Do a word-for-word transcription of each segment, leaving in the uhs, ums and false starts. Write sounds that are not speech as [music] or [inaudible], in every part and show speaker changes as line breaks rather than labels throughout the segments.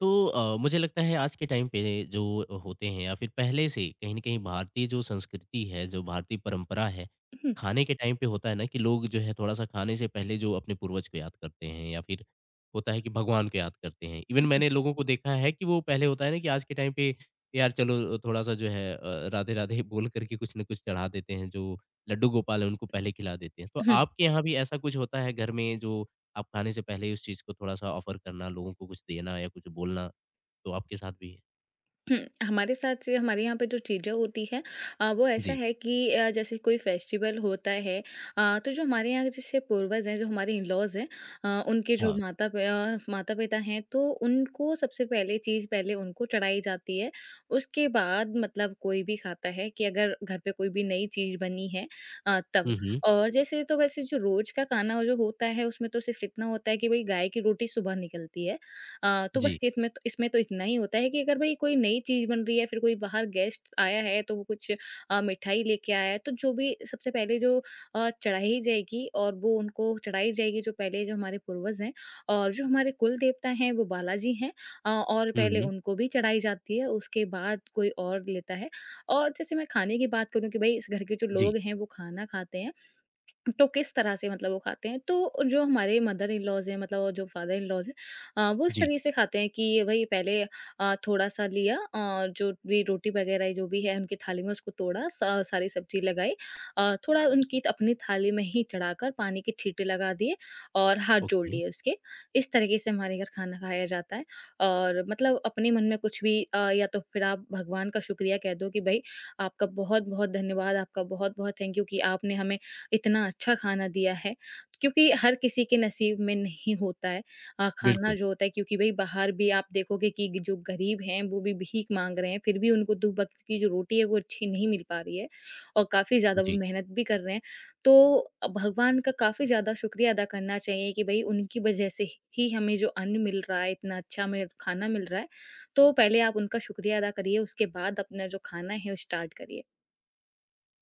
तो अ, मुझे लगता है आज के टाइम पे जो होते हैं या फिर पहले से कहीं न कहीं भारतीय जो संस्कृति है, जो भारतीय परंपरा है,
हुँ,
खाने के टाइम पे होता है ना कि लोग जो है थोड़ा-सा खाने से पहले जो अपने पूर्वज को याद करते हैं या फिर होता है कि भगवान को याद करते हैं। इवन मैंने लोगों को देखा है कि वो पहले होता है ना कि आज के टाइम पे यार चलो थोड़ा-सा जो है अ, राधे-राधे [laughs] बोल कर के कुछ न कुछ चढ़ा देते हैं, जो लड्डू गोपाल है उनको पहले खिला देते हैं। तो
हुँ,
आपके यहाँ भी ऐसा कुछ होता है घर में जो आप खाने से पहले ही उस चीज़ को थोड़ा-सा ऑफ़र करना, लोगों को कुछ देना या कुछ बोलना, तो आपके साथ भी है।
हुँ। हमारे साथ से हमारे यहाँ पे जो चीज़ें होती हैं, अ, वो ऐसा
जी,
है कि अ, जैसे कोई फेस्टिवल होता है, अ, तो जो हमारे यहाँ के जैसे पूर्वज हैं, जो हमारे इन-लॉज़ हैं, अ, उनके जो
हाँ।
माता प अ, माता-पिता हैं, तो उनको सबसे पहले चीज़ पहले उनको चढ़ाई जाती है। उसके बाद मतलब कोई भी खाता है, कि अगर घर पे कोई भी नई चीज़ बनी है, अ, तब।
हुँ, हुँ।
और जैसे तो वैसे जो रोज़ का खाना जो होता है, उसमें तो सिर्फ़ इतना होता है कि वही गाय की रोटी सुबह निकलती है। अ, तो
जी।
बस इसमें तो इसमें तो इतना ही होता है कि अगर भाई कोई नई चीज़ बन रही है, फिर कोई बाहर गेस्ट आया है, तो वो कुछ अ, मिठाई लेके आया है, तो जो भी सबसे पहले जो अ, चढ़ाई जाएगी, और वो उनको चढ़ाई जाएगी, जो पहले जो हमारे पूर्वज हैं और जो हमारे कुल देवता हैं, वो बालाजी हैं। अ, और
हुँ,
पहले
हुँ।
उनको भी चढ़ाई जाती है, उसके बाद कोई और लेता है। और जैसे मैं खाने की बात करूँ, कि भाई इस घर के जो
जी,
लोग हैं, वो खाना खाते हैं, तो किस तरह से मतलब वो खाते हैं, तो जो हमारे मदर इन लॉज़ हैं मतलब, और जो फादर इन लॉज़ हैं, अ, वो इस
जी।
तरीके से खाते हैं कि भई पहले अ, थोड़ा-सा लिया, अ, जो भी रोटी वग़ैरह जो भी है उनकी थाली में, उसको तोड़ा, स सारी सब्ज़ी लगाई, अ, थोड़ा उनकी अपनी थाली में ही चढ़ाकर पानी के छींटे लगा दिए, और हाथ जोड़
ओके।
लिए उसके। इस तरीके से हमारे घर खाना खाया जाता है, और मतलब अपने मन में कुछ भी, अ, या तो फिर आप भगवान का शुक्रिया कह दो कि भई आपका बहुत-बहुत धन्यवाद, आपका बहुत-बहुत थैंक यू कि आपने हमें इतना अच्छा खाना दिया है, क्योंकि हर किसी के नसीब में नहीं होता है अ, खाना
बिल्कुल।
जो होता है, क्योंकि भई बाहर भी आप देखोगे कि जो गरीब हैं, वो भी भीख माँग रहे हैं, फिर भी उनको दो वक़्त की जो रोटी है, वो अच्छी नहीं मिल पा रही है, और काफ़ी ज़्यादा वो
जी।
मेहनत भी कर रहे हैं। तो अ, भगवान का काफ़ी ज़्यादा शुक्रिया अदा करना चाहिए कि भई उनकी वजह से ही हमें जो अन्न मिल रहा है, इतना अच्छा हमें खाना मिल रहा है, तो पहले आप उनका शुक्रिया अदा करिए, उसके बाद अपना जो खाना है, वो स्टार्ट करिए।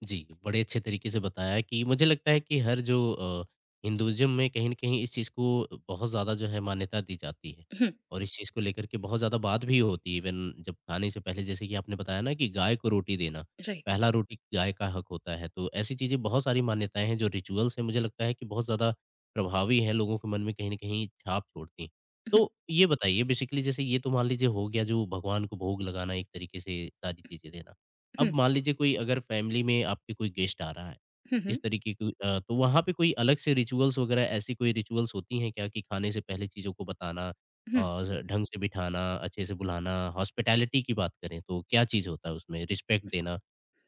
जी, बड़े अच्छे तरीके से बताया है कि मुझे लगता है कि हर जो अ, हिंदुइज़्म में कहीं न कहीं इस चीज़ को बहुत ज़्यादा जो है मान्यता दी जाती है
हुँ,
और इस चीज़ को लेकर के बहुत ज़्यादा बात भी होती है इवन जब खाने से पहले जैसे कि आपने बताया ना कि गाय को रोटी देना,
राइट।
पहला रोटी गाय का हक होता है, तो ऐसी चीज़ें बहुत सारी मान्यताएँ हैं जो रिचुअल्स हैं मुझे लगता है कि बहुत ज़्यादा प्रभावी हैं, लोगों के मन में कहीं न कहीं छाप छोड़ती हैं।
हुँ,
तो ये बताइए बेसिकली जैसे ये तो मान लीजिए हो गया जो भगवान को भोग लगाना एक तरीके से सारी चीज़ें देना।
हुँ,
अब मान लीजिए कोई अगर फैमिली में आपके कोई गेस्ट आ रहा है,
हुँ,
इस
हुँ,
तरीके की अ, तो वहाँ पे कोई अलग से रिचुअल्स वगैरह ऐसी कोई रिचुअल्स होती हैं क्या कि खाने से पहले चीज़ों को बताना
हुँ।
और ढंग से बिठाना, अच्छे से बुलाना, हॉस्पिटैलिटी की बात करें तो क्या चीज़ होता है उसमें? रिस्पेक्ट देना,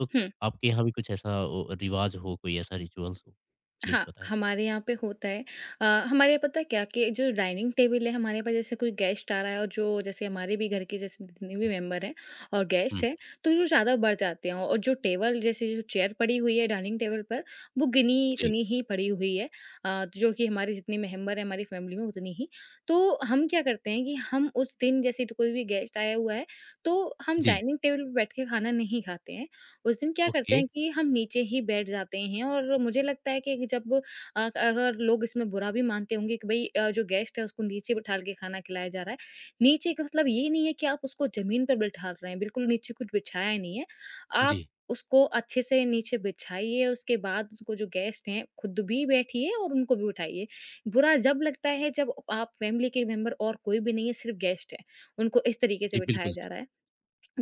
तो
हुँ,
आपके यहाँ भी कुछ ऐसा ओ, रिवाज हो, कोई ऐसा रिचुअल्स हो? प्लीज़
हाँ,
बताएँ।
हमारे यहाँ पे होता है। अ, हमारे यहाँ पता है क्या, कि जो डाइनिंग टेबल है हमारे पास, जैसे कोई गेस्ट आ रहा है, और जो जैसे हमारे भी घर के जैसे जितने भी मेंबर हैं और गेस्ट
हुँ,
हैं, तो जो ज़्यादा बढ़ जाते हैं, और जो टेबल जैसे जो चेयर पड़ी हुई है डाइनिंग टेबल पर, वो
जी,
गिनी-चुनी ही पड़ी हुई है, अ, जो कि हमारे जितने मेंबर हैं हमारी फैमिली में, उतनी ही। तो हम क्या करते हैं कि हम उस दिन, जैसे तो कोई भी गेस्ट आया हुआ है, तो हम
जी,
डाइनिंग टेबल पे बैठ के खाना नहीं खाते हैं। उस दिन क्या करते
ओके,
हैं कि हम नीचे ही बैठ जाते हैं, और मुझे लगता है कि जब अ, अगर लोग इसमें बुरा भी मानते होंगे कि भाई, अ, जो गेस्ट है उसको नीचे बिठा के खाना खिलाया जा रहा है, नीचे का मतलब ये नहीं है कि आप उसको जमीन पर बिठा रहे हैं, बिल्कुल नीचे कुछ बिछाया नहीं है, आप
जी,
उसको अच्छे से नीचे बिछाइए, उसके बाद उसको, जो गेस्ट हैं, खुद भी बैठिए और उनको भी उठाइए। बुरा जब लगता है जब आप फैमिली के मेंबर और कोई भी नहीं है, सिर्फ गेस्ट है, उनको इस तरीके से
जी,
बिठाया
बिल्कुल,
जा
जी,
रहा है,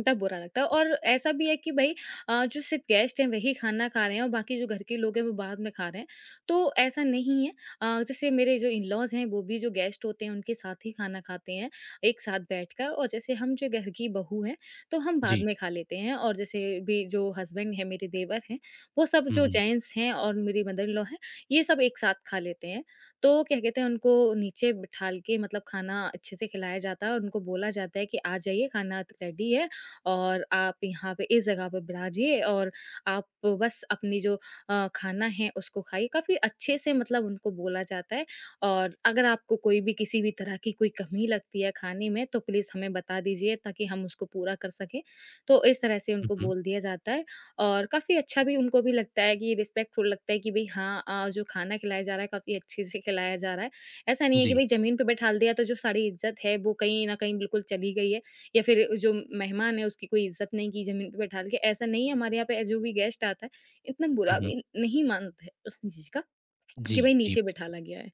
तब बुरा लगता है, और ऐसा भी है कि भई अ, जो सिर्फ़ गेस्ट हैं वही खाना खा रहे हैं, और बाकी जो घर के लोग हैं वो बाद में खा रहे हैं। तो ऐसा नहीं है, अ, जैसे मेरे जो इन-लॉज़ हैं, वो भी जो गेस्ट होते हैं उनके साथ ही खाना खाते हैं, एक साथ बैठकर, और जैसे हम जो घर की बहू हैं, तो हम बाद
जी।
में खा लेते हैं, और जैसे भी जो हस्बैंड हैं, मेरे देवर हैं, वो सब
हुँ,
जो
हुँ,
जेंट्स हैं, और मेरी मदर इन-लॉ हैं, ये सब एक साथ खा लेते हैं। तो क्या कहते हैं, उनको नीचे बिठाल के मतलब खाना अच्छे से खिलाया जाता है, और उनको बोला जाता है कि आ जाइए, खाना त रेडी है, और आप यहाँ पे इस जगह पे बिराजिए, और आप बस अपनी जो अ, खाना है, उसको खाइए। काफ़ी अच्छे से मतलब उनको बोला जाता है, और अगर आपको कोई भी किसी भी तरह की कोई कमी लगती है खाने में, तो प्लीज़ हमें बता दीजिए, ताकि हम उसको पूरा कर सकें। तो इस तरह से
हुँ,
उनको
हुँ,
बोल दिया जाता है, और काफ़ी अच्छा भी उनको भी लगता है, कि रिस्पेक्टफुल लगता है कि भई हाँ, अ, जो खाना खिलाया जा रहा है, काफ़ी अच्छे से खिलाया जा रहा है। ऐसा नहीं है कि
जी,
भई ज़मीन पे बैठा दिया, तो जो सारी इज़्ज़त है, वो कहीं न कहीं बिल्कुल चली गई है। या फिर जो मेहमान है उसकी कोई इज़्ज़त नहीं की ज़मीन पे बैठा के, ऐसा नहीं है, हमारे यहाँ पे जो भी गेस्ट आता है, इतना
हुँ,
बुरा
हुँ,
भी नहीं मानते हैं उस चीज़ का,
जी,
कि भाई
जी।
नीचे बैठाला गया है।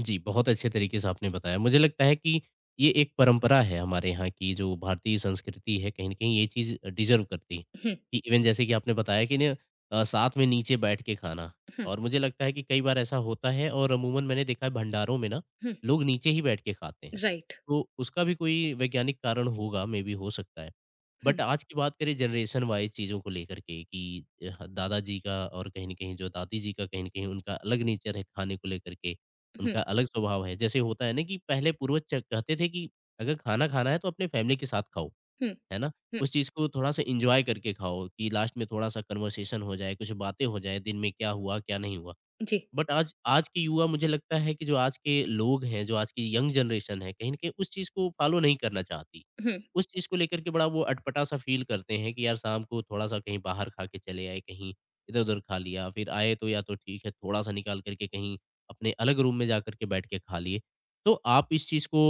जी, बहुत अच्छे तरीके से आपने बताया। मुझे लगता है कि ये एक परंपरा है हमारे यहाँ की जो भारतीय संस्कृति है कहीं न कहीं ये चीज़ डिज़र्व करती है,
हुँ,
कि इवन जैसे कि आपने बताया कि ना अ, साथ में नीचे बैठ के खाना
हुँ,
और मुझे लगता है कि कई बार ऐसा होता है और अमूमन मैंने देखा है भंडारों में ना,
हुँ,
लोग नीचे ही बैठ के खाते हैं।
राइट।
तो उसका भी कोई वैज्ञानिक कारण होगा, मेबी हो सकता है। बट
हुँ,
आज की बात करें जनरेशन वाइज़ चीज़ों को लेकर के कि अ, दादाजी का और कहीं न कहीं जो दादी जी का कहीं न कहीं उनका अलग नेचर है खाने को लेकर के
हुँ,
उनका अलग स्वभाव है। जैसे होता है ना कि पहले पूर्वज च कहते थे कि अगर खाना खाना है तो अपने फैमिली के साथ खाओ,
हुँ,
है ना?
हुँ,
उस चीज़ को थोड़ा-सा एन्जॉय करके खाओ कि लास्ट में थोड़ा-सा कन्वर्सेशन हो जाए, कुछ बातें हो जाएँ, दिन में क्या हुआ, क्या नहीं हुआ।
जी,
बट आज आज के युवा मुझे लगता है कि जो आज के लोग हैं, जो आज की यंग जनरेशन है, कहीं न कहीं उस चीज़ को फ़ॉलो नहीं करना चाहती।
हुँ।
उस चीज़ को लेकर के बड़ा वो अटपटा-सा फ़ील करते हैं कि यार शाम को थोड़ा-सा कहीं बाहर खा के चले आए, कहीं इधर-उधर खा लिया, फिर आए तो या तो ठीक है थोड़ा-सा निकाल कर के कहीं अपने अलग रूम में जाकर के बैठ के खा लिए। तो आप इस चीज़ को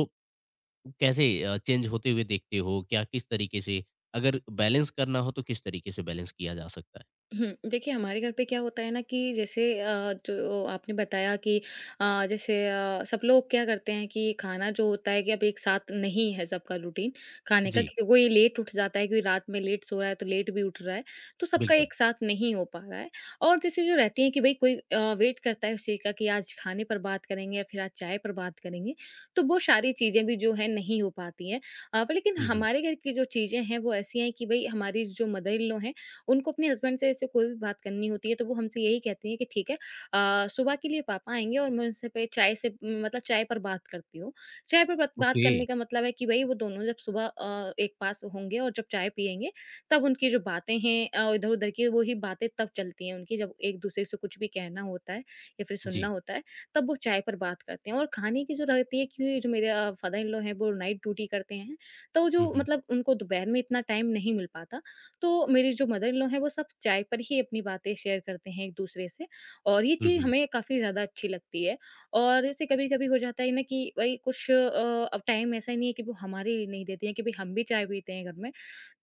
कैसे अ, चेंज होते हुए देखते हो? क्या किस तरीके से अगर बैलेंस करना हो तो किस तरीके से बैलेंस किया जा सकता है?
हुँ, देखिए हमारे घर पे क्या होता है ना कि जैसे, अ, जो आपने बताया कि अ, जैसे अ, सब लोग क्या करते हैं, कि खाना जो होता है कि अब एक साथ नहीं है सबका रूटीन खाने का,
जी,
क्योंकि कोई लेट उठ जाता है, कोई रात में लेट सो रहा है तो लेट भी उठ रहा है, तो सबका
बिल्कुल।
एक साथ नहीं हो पा रहा है। और जैसे जो रहती है कि भाई कोई अ, वेट करता है उसी का, कि आज खाने पर बात करेंगे या फिर आज चाय पर बात करेंगे, तो वो सारी चीज़ें भी जो है नहीं हो पाती हैं। अ, पर लेकिन
हुँ, हुँ।
हमारे घर की जो चीज़ें हैं वो ऐसी हैं कि भाई हमारी जो मदर इन लॉ हैं, उनको अपने हस्बैंड से ऐसे कोई भी बात करनी होती है, तो वो हमसे यही कहती हैं कि ठीक है, अ, सुबह के लिए पापा आएँगे और मैं उनसे पे चाय से मतलब चाय पर बात करती हूँ। चाय पर बात बात
ओके।
करने का मतलब है कि भई वो दोनों जब सुबह अ, एक पास होंगे, और जब चाय पिएँगे, तब उनकी जो बातें हैं अ, इधर-उधर की, वही बातें तब चलती हैं उनकी, जब एक-दूसरे से कुछ भी कहना होता है या फिर सुनना
जी।
होता है, तब वो चाय पर बात करते हैं। और खाने की जो रहती है कि जो मेरे अ, फादर इन लॉ हैं, वो नाइट ड्यूटी करते हैं, तो
हुँ,
जो
हुँ।
मतलब उनको दोपहर में इतना टाइम नहीं मिल पाता, तो मेरी जो मदर इन लॉ हैं, वो सब चाय पर ही अपनी बातें शेयर करते हैं एक-दूसरे से, और ये
हुँ,
चीज़
हुँ।
हमें काफ़ी ज़्यादा अच्छी लगती है। और जैसे कभी-कभी हो जाता है ना कि भई कुछ अ, अब टाइम ऐसा ही नहीं है कि वो हमारे लिए नहीं देती हैं, कि भई हम भी चाय पीते हैं घर में।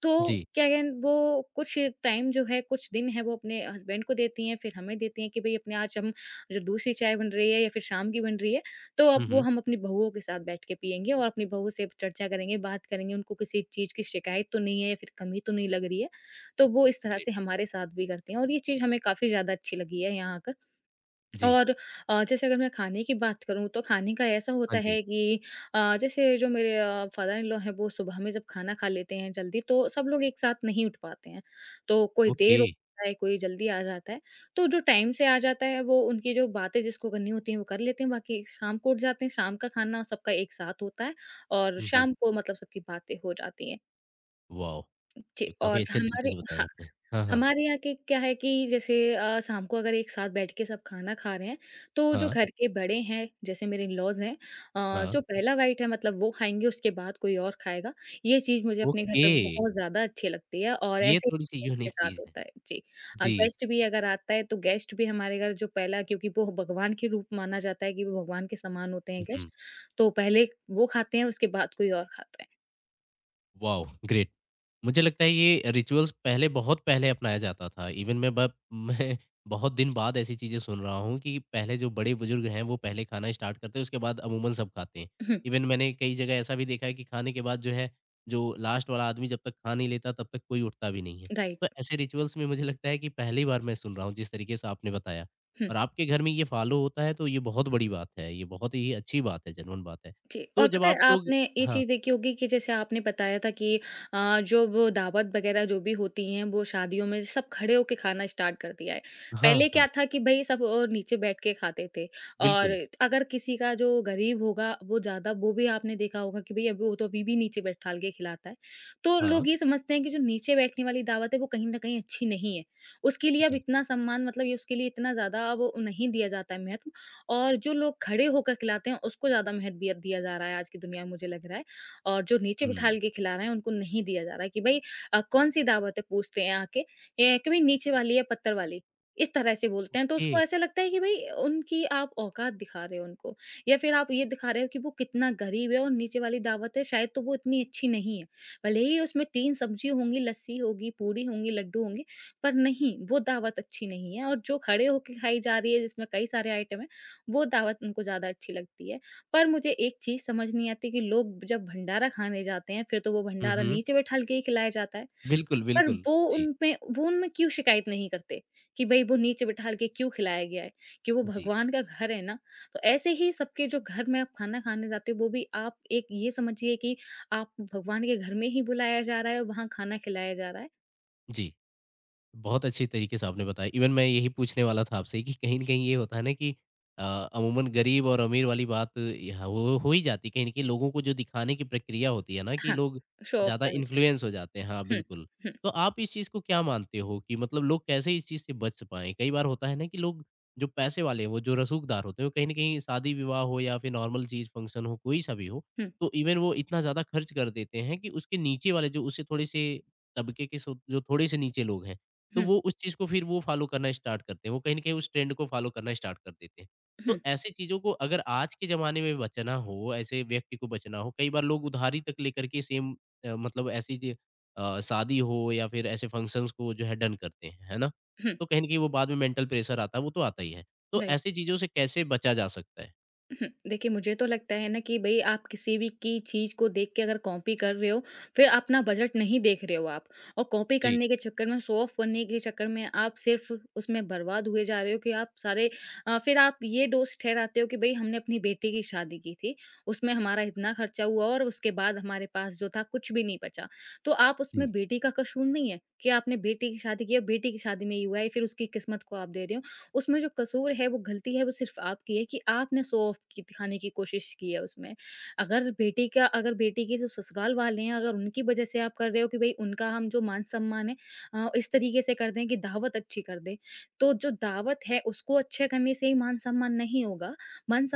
तो
जी।
क्या कहें, वो कुछ टाइम जो है, कुछ दिन है वो अपने हस्बैंड को देती हैं, फिर हमें देती हैं कि भई अपने आज हम जो दूसरी चाय बन रही है या फिर शाम की बन रही है, तो अब
हुँ,
वो
हुँ।
हम अपनी बहुओं के साथ बैठ के पिएँगे, और अपनी बहू से चर्चा करेंगे, बात करेंगे, उनको किसी चीज़ की शिकायत तो नहीं है, या फिर कमी तो नहीं लग रही है। तो वो इस तरह
ग्रेट।
से हमारे साथ भी करती हैं, और ये चीज़ हमें काफ़ी ज़्यादा अच्छी लगी है यहाँ आकर।
जी।
और अ, जैसे अगर मैं खाने की बात करूँ, तो खाने का ऐसा
हाँ
होता
जी।
है कि अ, जैसे जो मेरे फादर इन लॉ हैं, वो सुबह में जब खाना खा लेते हैं जल्दी, तो सब लोग एक साथ नहीं उठ पाते हैं, तो कोई
ओके।
देर हो जाता है, कोई जल्दी आ जाता है, तो जो टाइम से आ जाता है, वो उनकी जो बातें जिसको करनी होती हैं, वो कर लेते हैं, बाकी शाम को उठ जाते हैं, शाम का खाना सबका एक साथ होता है, और
हुँ, हुँ।
शाम को मतलब सबकी बातें हो जाती हैं।
वॉव!
जी,
ये
और
काफ़ी अच्छे तरीके
हमारे
से बताया
हाँ,
आपने। हाँ, हाँ।
हमारे यहाँ के क्या है कि जैसे अ, शाम को अगर एक साथ बैठ के सब खाना खा रहे हैं, तो जो
हाँ,
घर के बड़े हैं, जैसे मेरे इन-लॉज़ हैं, अ,
हाँ।
जो पहला बाइट है, मतलब वो खाएँगे, उसके बाद कोई और खाएगा। ये चीज़ मुझे अपने घर
ओके।
पे बहुत ज़्यादा अच्छी लगती है, और
ये
ऐसे ही
थोड़ी-सी
guest के
यूनिक
साथ
चीज़ है।
होता है। जी। अ,
जी।
गेस्ट भी अगर आता है, तो गेस्ट भी हमारे घर जो पहला, क्योंकि वो भगवान के रूप माना जाता है कि वो भगवान के समान होते हैं
हुँ, हुँ।
गेस्ट, तो पहले वो खाते हैं, उसके बाद कोई और खाता है।
वाओ! ग्रेट। मुझे लगता है ये रिचुअल्स पहले बहुत पहले अपनाया जाता था। इवन मैं ब [laughs] मैं बहुत दिन बाद ऐसी चीज़ें सुन रहा हूँ कि पहले जो बड़े-बुजुर्ग हैं वो पहले खाना स्टार्ट करते हैं उसके बाद अमूमन सब खाते हैं।
[laughs] हुँ,
इवन मैंने कई जगह ऐसा भी देखा है कि खाने के बाद जो है, जो लास्ट वाला आदमी जब तक खा नहीं लेता तब तक कोई उठता भी नहीं है।
राइट।
तो ऐसे रिचुअल्स में मुझे लगता है कि पहली बार मैं सुन रहा हूँ जिस तरीके से आपने बताया।
हुँ।
और आपके घर में ये फॉलो होता है तो ये बहुत बड़ी बात है। ये बहुत ही अच्छी बात है, जेन्युइन बात है।
जी,
तो
और
जब
पता
आप
है
लोग
आपने ये
हाँ,
चीज़ देखी होगी कि जैसे आपने बताया था कि अ, जो वो दावत वगैरह जो भी होती हैं, वो शादियों में सब खड़े होके खाना स्टार्ट कर दिया है।
हाँ,
पहले
हाँ,
क्या था कि भई सब अ, नीचे बैठ के खाते थे, और
बिल्कुल।
अगर किसी का जो गरीब होगा, वो ज़्यादा वो भी आपने देखा होगा कि भई अब वो तो अभी भी नीचे बैठ टाल के खिलाता है। तो
हाँ,
लोग ये समझते हैं कि जो नीचे बैठने वाली दावत है, वो कहीं न कहीं अच्छी नहीं है। उसके लिए अब
जी।
इतना सम्मान, मतलब ये उसके लिए इतना ज़्यादा वो नहीं दिया जाता है महत्व। और जो लोग खड़े होकर खिलाते हैं, उसको ज़्यादा महत्वियत दिया जा रहा है आज की दुनिया में, मुझे लग रहा है। और जो नीचे
हुँ।
बिठाल के खिला रहे हैं उनको नहीं दिया जा रहा है कि भई अ, कौन-सी दावत है, पूछते हैं आके ए, कि भई नीचे वाली या पत्थर वाली? इस तरह से बोलते हैं, तो
ए
उसको ऐसा लगता है कि भई उनकी आप औकात दिखा रहे हो उनको, या फिर आप ये दिखा रहे हो कि वो कितना गरीब है और नीचे वाली दावत है शायद, तो वो इतनी अच्छी नहीं है। भले ही उसमें तीन सब्ज़ी होंगी, लस्सी होगी, पूड़ी होंगी, लड्डू होंगे, पर नहीं, वो दावत अच्छी नहीं है, और जो खड़े होके खाई जा रही है, जिसमें कई सारे आइटम है, वो दावत उनको ज़्यादा अच्छी लगती है। पर मुझे एक चीज़ समझ नहीं आती कि लोग जब भंडारा खाने जाते हैं, फिर तो वो
हुँ,
भंडारा
हुँ।
नीचे बैठा के ही खिलाया जाता है।
बिल्कुल,
पर
बिल्कुल।
वो
जी,
उनमें वो उनमें क्यों शिकायत नहीं करते कि भई वो नीचे बैठा के क्यों खिलाया गया है? कि वो
जी,
भगवान का घर है ना। तो ऐसे ही सबके जो घर में आप खाना खाने जाते हो, वो भी आप एक ये समझिए कि आप भगवान के घर में ही बुलाया जा रहा है और वहाँ खाना खिलाया जा रहा है।
जी। बहुत अच्छे तरीके से आपने बताया। इवन मैं यही पूछने वाला था आपसे कि कहीं न कहीं ये होता है ना कि अ, अमूमन गरीब और अमीर वाली बात यहाँ वो हो ही जाती है। कहीं न कहीं लोगों को जो दिखाने की प्रक्रिया होती है ना कि
हाँ,
लोग
शो ऑफ
ज़्यादा
करने के
इन्फ्लुएंस हो जाते हैं। हाँ,
चल। हुँ,
बिल्कुल।
हुँ,
तो आप इस चीज़ को क्या मानते हो कि मतलब लोग कैसे इस चीज़ से बच पाएँ? कई बार होता है ना कि लोग जो पैसे वाले हैं, वो जो रसूखदार होते हैं, वो कहीं न कहीं शादी-विवाह हो या फिर नॉर्मल चीज़ फंक्शन हो, कोई-सा भी हो,
हुँ,
तो इवन वो इतना ज़्यादा खर्च कर देते हैं कि उसके नीचे वाले जो उससे थोड़े से तबके के सो जो थोड़े से नीचे लोग हैं, तो
हुँ,
वो उस चीज़ को फिर वो फ़ॉलो करना स्टार्ट करते हैं। वो कहीं न कहीं उस ट्रेंड को फ़ॉलो करना स्टार्ट कर देते हैं। तो
हुँ,
ऐसी चीज़ों को अगर आज के ज़माने में बचना हो, ऐसे व्यक्ति को बचना हो, कई बार लोग उधारी तक लेकर के सेम अ, मतलब ऐसी ज अ, शादी हो या फिर ऐसे फंक्शंस को जो है डन करते हैं, है ना?
हुँ,
तो कहीं न कहीं वो बाद में मेंटल प्रेशर आता है, वो तो आता ही है। तो
राइट।
ऐसी चीज़ों से कैसे बचा जा सकता है?
हुँ, देखिए, मुझे तो लगता है ना कि भई आप किसी भी की चीज़ को देख के अगर कॉपी कर रहे हो, फिर अपना बजट नहीं देख रहे हो आप, और कॉपी
जी।
करने के चक्कर में, शो ऑफ करने के चक्कर में आप सिर्फ़ उसमें बर्बाद हुए जा रहे हो कि आप सारे अ, फिर आप ये दोष ठहराते हो कि भई हमने अपनी बेटी की शादी की थी, उसमें हमारा इतना खर्चा हुआ और उसके बाद हमारे पास जो था कुछ भी नहीं बचा। तो आप
जी।
उसमें बेटी का कसूर नहीं है कि आपने बेटी की शादी की और बेटी की शादी में ही हुआ है, फिर उसकी किस्मत को आप दे रहे हो। उसमें जो कसूर है, वो गलती है, वो सिर्फ़ आपकी है कि आपने शो ऑफ की दिखाने की कोशिश की है उसमें। अगर बेटी का अगर बेटी के जो ससुराल वाले हैं, अगर उनकी वजह से आप कर रहे हो कि भई उनका हम जो मान-सम्मान है अ, इस तरीके से कर दें कि दावत अच्छी कर दें, तो जो दावत है, उसको अच्छे करने से ही मान-सम्मान नहीं होगा।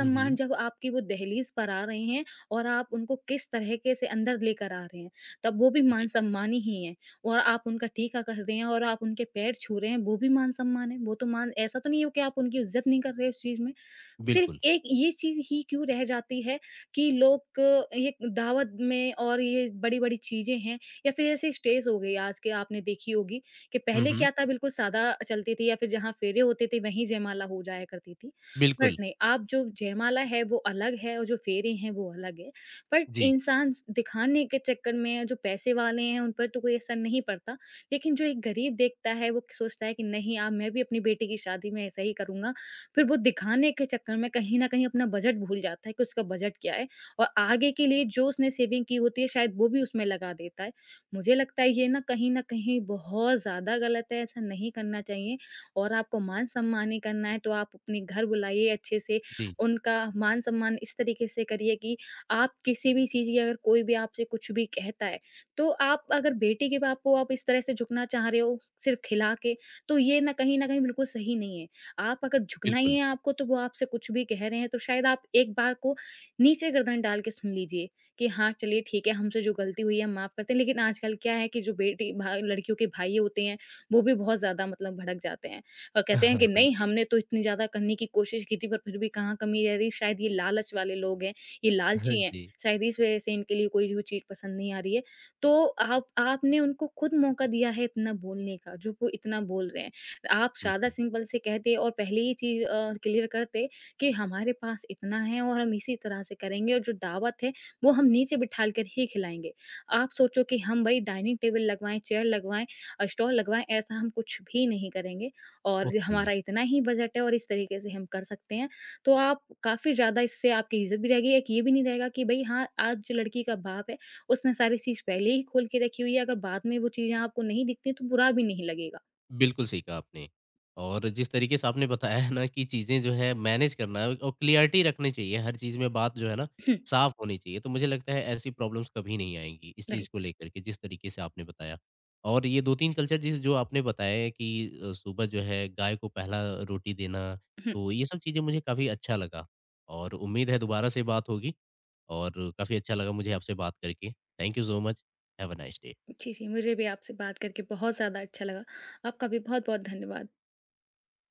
हुँ, हुँ।
जब आपकी वो दहलीज़ पर आ रहे हैं और आप उनको किस तरीके से अंदर लेकर आ रहे हैं, तब वो भी
जी,
मान-सम्मान ही है। और आप उनका टीका कर रहे हैं और आप उनके पैर छू रहे हैं, वो भी मान-सम्मान है। वो तो मान ऐसा तो नहीं है कि आप उनकी इज़्ज़त नहीं कर रहे उस चीज़ में। सिर्फ़
बिल्कुल।
एक ये चीज़ ही क्यों रह जाती है कि लोग अ, ये दावत में और ये बड़ी-बड़ी चीज़ें हैं, या फिर ऐसे स्टेज हो गई आज के, आपने देखी होगी कि
हुँ,
पहले
हुँ।
क्या था, बिल्कुल सादा चलती थी, या फिर जहाँ फेरे होते थे वहीं जयमाला हो जाया करती थी। बट
बिल्कुल।
नहीं, आप जो जयमाला है वो अलग है और जो फेरे हैं वो अलग है। पर
जी,
इंसान दिखाने के चक्कर में, जो पैसे वाले हैं उन पर तो कोई असर नहीं पड़ता। लेकिन जो एक गरीब देखता है, वो सोचता है कि नहीं, अब मैं भी अपनी बेटी की शादी में ऐसा ही करूँगा। फिर वो दिखाने के चक्कर में कहीं न कहीं अपना बजट भूल जाता है कि उसका बजट क्या है, और आगे के लिए जो उसने सेविंग की होती है, शायद वो भी उसमें लगा देता है। मुझे लगता है ये ना कहीं न कहीं बहुत ज़्यादा गलत है, ऐसा नहीं करना चाहिए, और आपको मान-सम्मान ही करना है तो आप अपने घर बुलाइए अच्छे से,
जी,
उनका मान-सम्मान इस तरीके से करिए कि आप किसी भी चीज़ की, अगर कोई भी आपसे कुछ भी कहता है, तो आप अगर बेटे के बाप को आप इस तरह से झुकना चाह रहे हो, सिर्फ़ खिला के, तो ये ना कहीं न कहीं बिल्कुल सही नहीं है। आप अगर झुकना ही
बिल्कुल।
है आपको, तो वो आपसे कुछ भी कह रहे हैं, तो शायद आप एक बार को नीचे गर्दन डाल के सुन लीजिए कि हाँ, चलिए ठीक है, हमसे जो गलती हुई है, हम माफ़ करते हैं। लेकिन आजकल क्या है कि जो बेटी भा लड़कियों के भाई होते हैं, वो भी बहुत ज़्यादा मतलब भड़क जाते हैं और कहते हैं कि
[laughs]
नहीं,
जी।
हमने तो इतनी ज़्यादा करने की कोशिश की थी, पर फिर भी कहाँ कमी रह रही। शायद ये लालच वाले लोग हैं। ये
[laughs] हाँ
लालची हैं,
जी।
शायद इस वज़ह से इनके लिए कोई भी चीज़ पसंद नहीं आ रही है। तो आप आपने उनको खुद मौका दिया है इतना बोलने का, जो वो इतना बोल रहे हैं। आप
हुँ,
सादा
हुँ।
सिंपल से कहते और पहले ही चीज़ अ, क्लियर करते कि हमारे पास इतना है और हम इसी तरह से करेंगे, और जो दावत है, वो हम नीचे बिठाल कर ही खिलाएँगे। आप सोचो कि हम भई डाइनिंग टेबल लगवाएँ, चेयर लगवाएँ, अ, स्टॉल लगवाएँ, ऐसा हम कुछ भी नहीं करेंगे, और
ओके।
हमारा इतना ही बजट है और इस तरीके से हम कर सकते हैं। तो आप काफ़ी ज़्यादा इससे आपकी इज़्ज़त भी रहेगी, एक ये भी नहीं रहेगा कि भई हाँ, आज लड़की का बाप है, उसने सारी चीज़ पहले ही खोल के रखी हुई है, अगर बाद में वो चीज़ें आपको नहीं दिखती तो बुरा भी नहीं लगेगा।
बिल्कुल सही कहा आपने। और जिस तरीके से आपने बताया है ना कि चीज़ें जो हैं मैनेज करना और क्लियरिटी रखनी चाहिए, हर चीज़ में बात जो है ना
हम्म,
साफ़ होनी चाहिए। तो मुझे लगता है ऐसी प्रॉब्लम्स कभी नहीं आएँगी, इस चीज़
राइट।
को लेकर के जिस तरीके से आपने बताया। और ये दो तीन कल्चर जिस जो आपने बताया कि अ, सुबह जो है गाय को पहला रोटी देना,
हुँ,
तो ये सब चीज़ें मुझे काफ़ी अच्छा लगा। और उम्मीद है दोबारा से बात होगी और काफ़ी अच्छा लगा मुझे आपसे बात करके। Thank you so much. Have a nice day.
जी, जी, मुझे भी आपसे बात करके बहुत ज़्यादा अच्छा लगा। आपका भी बहुत-बहुत धन्यवाद।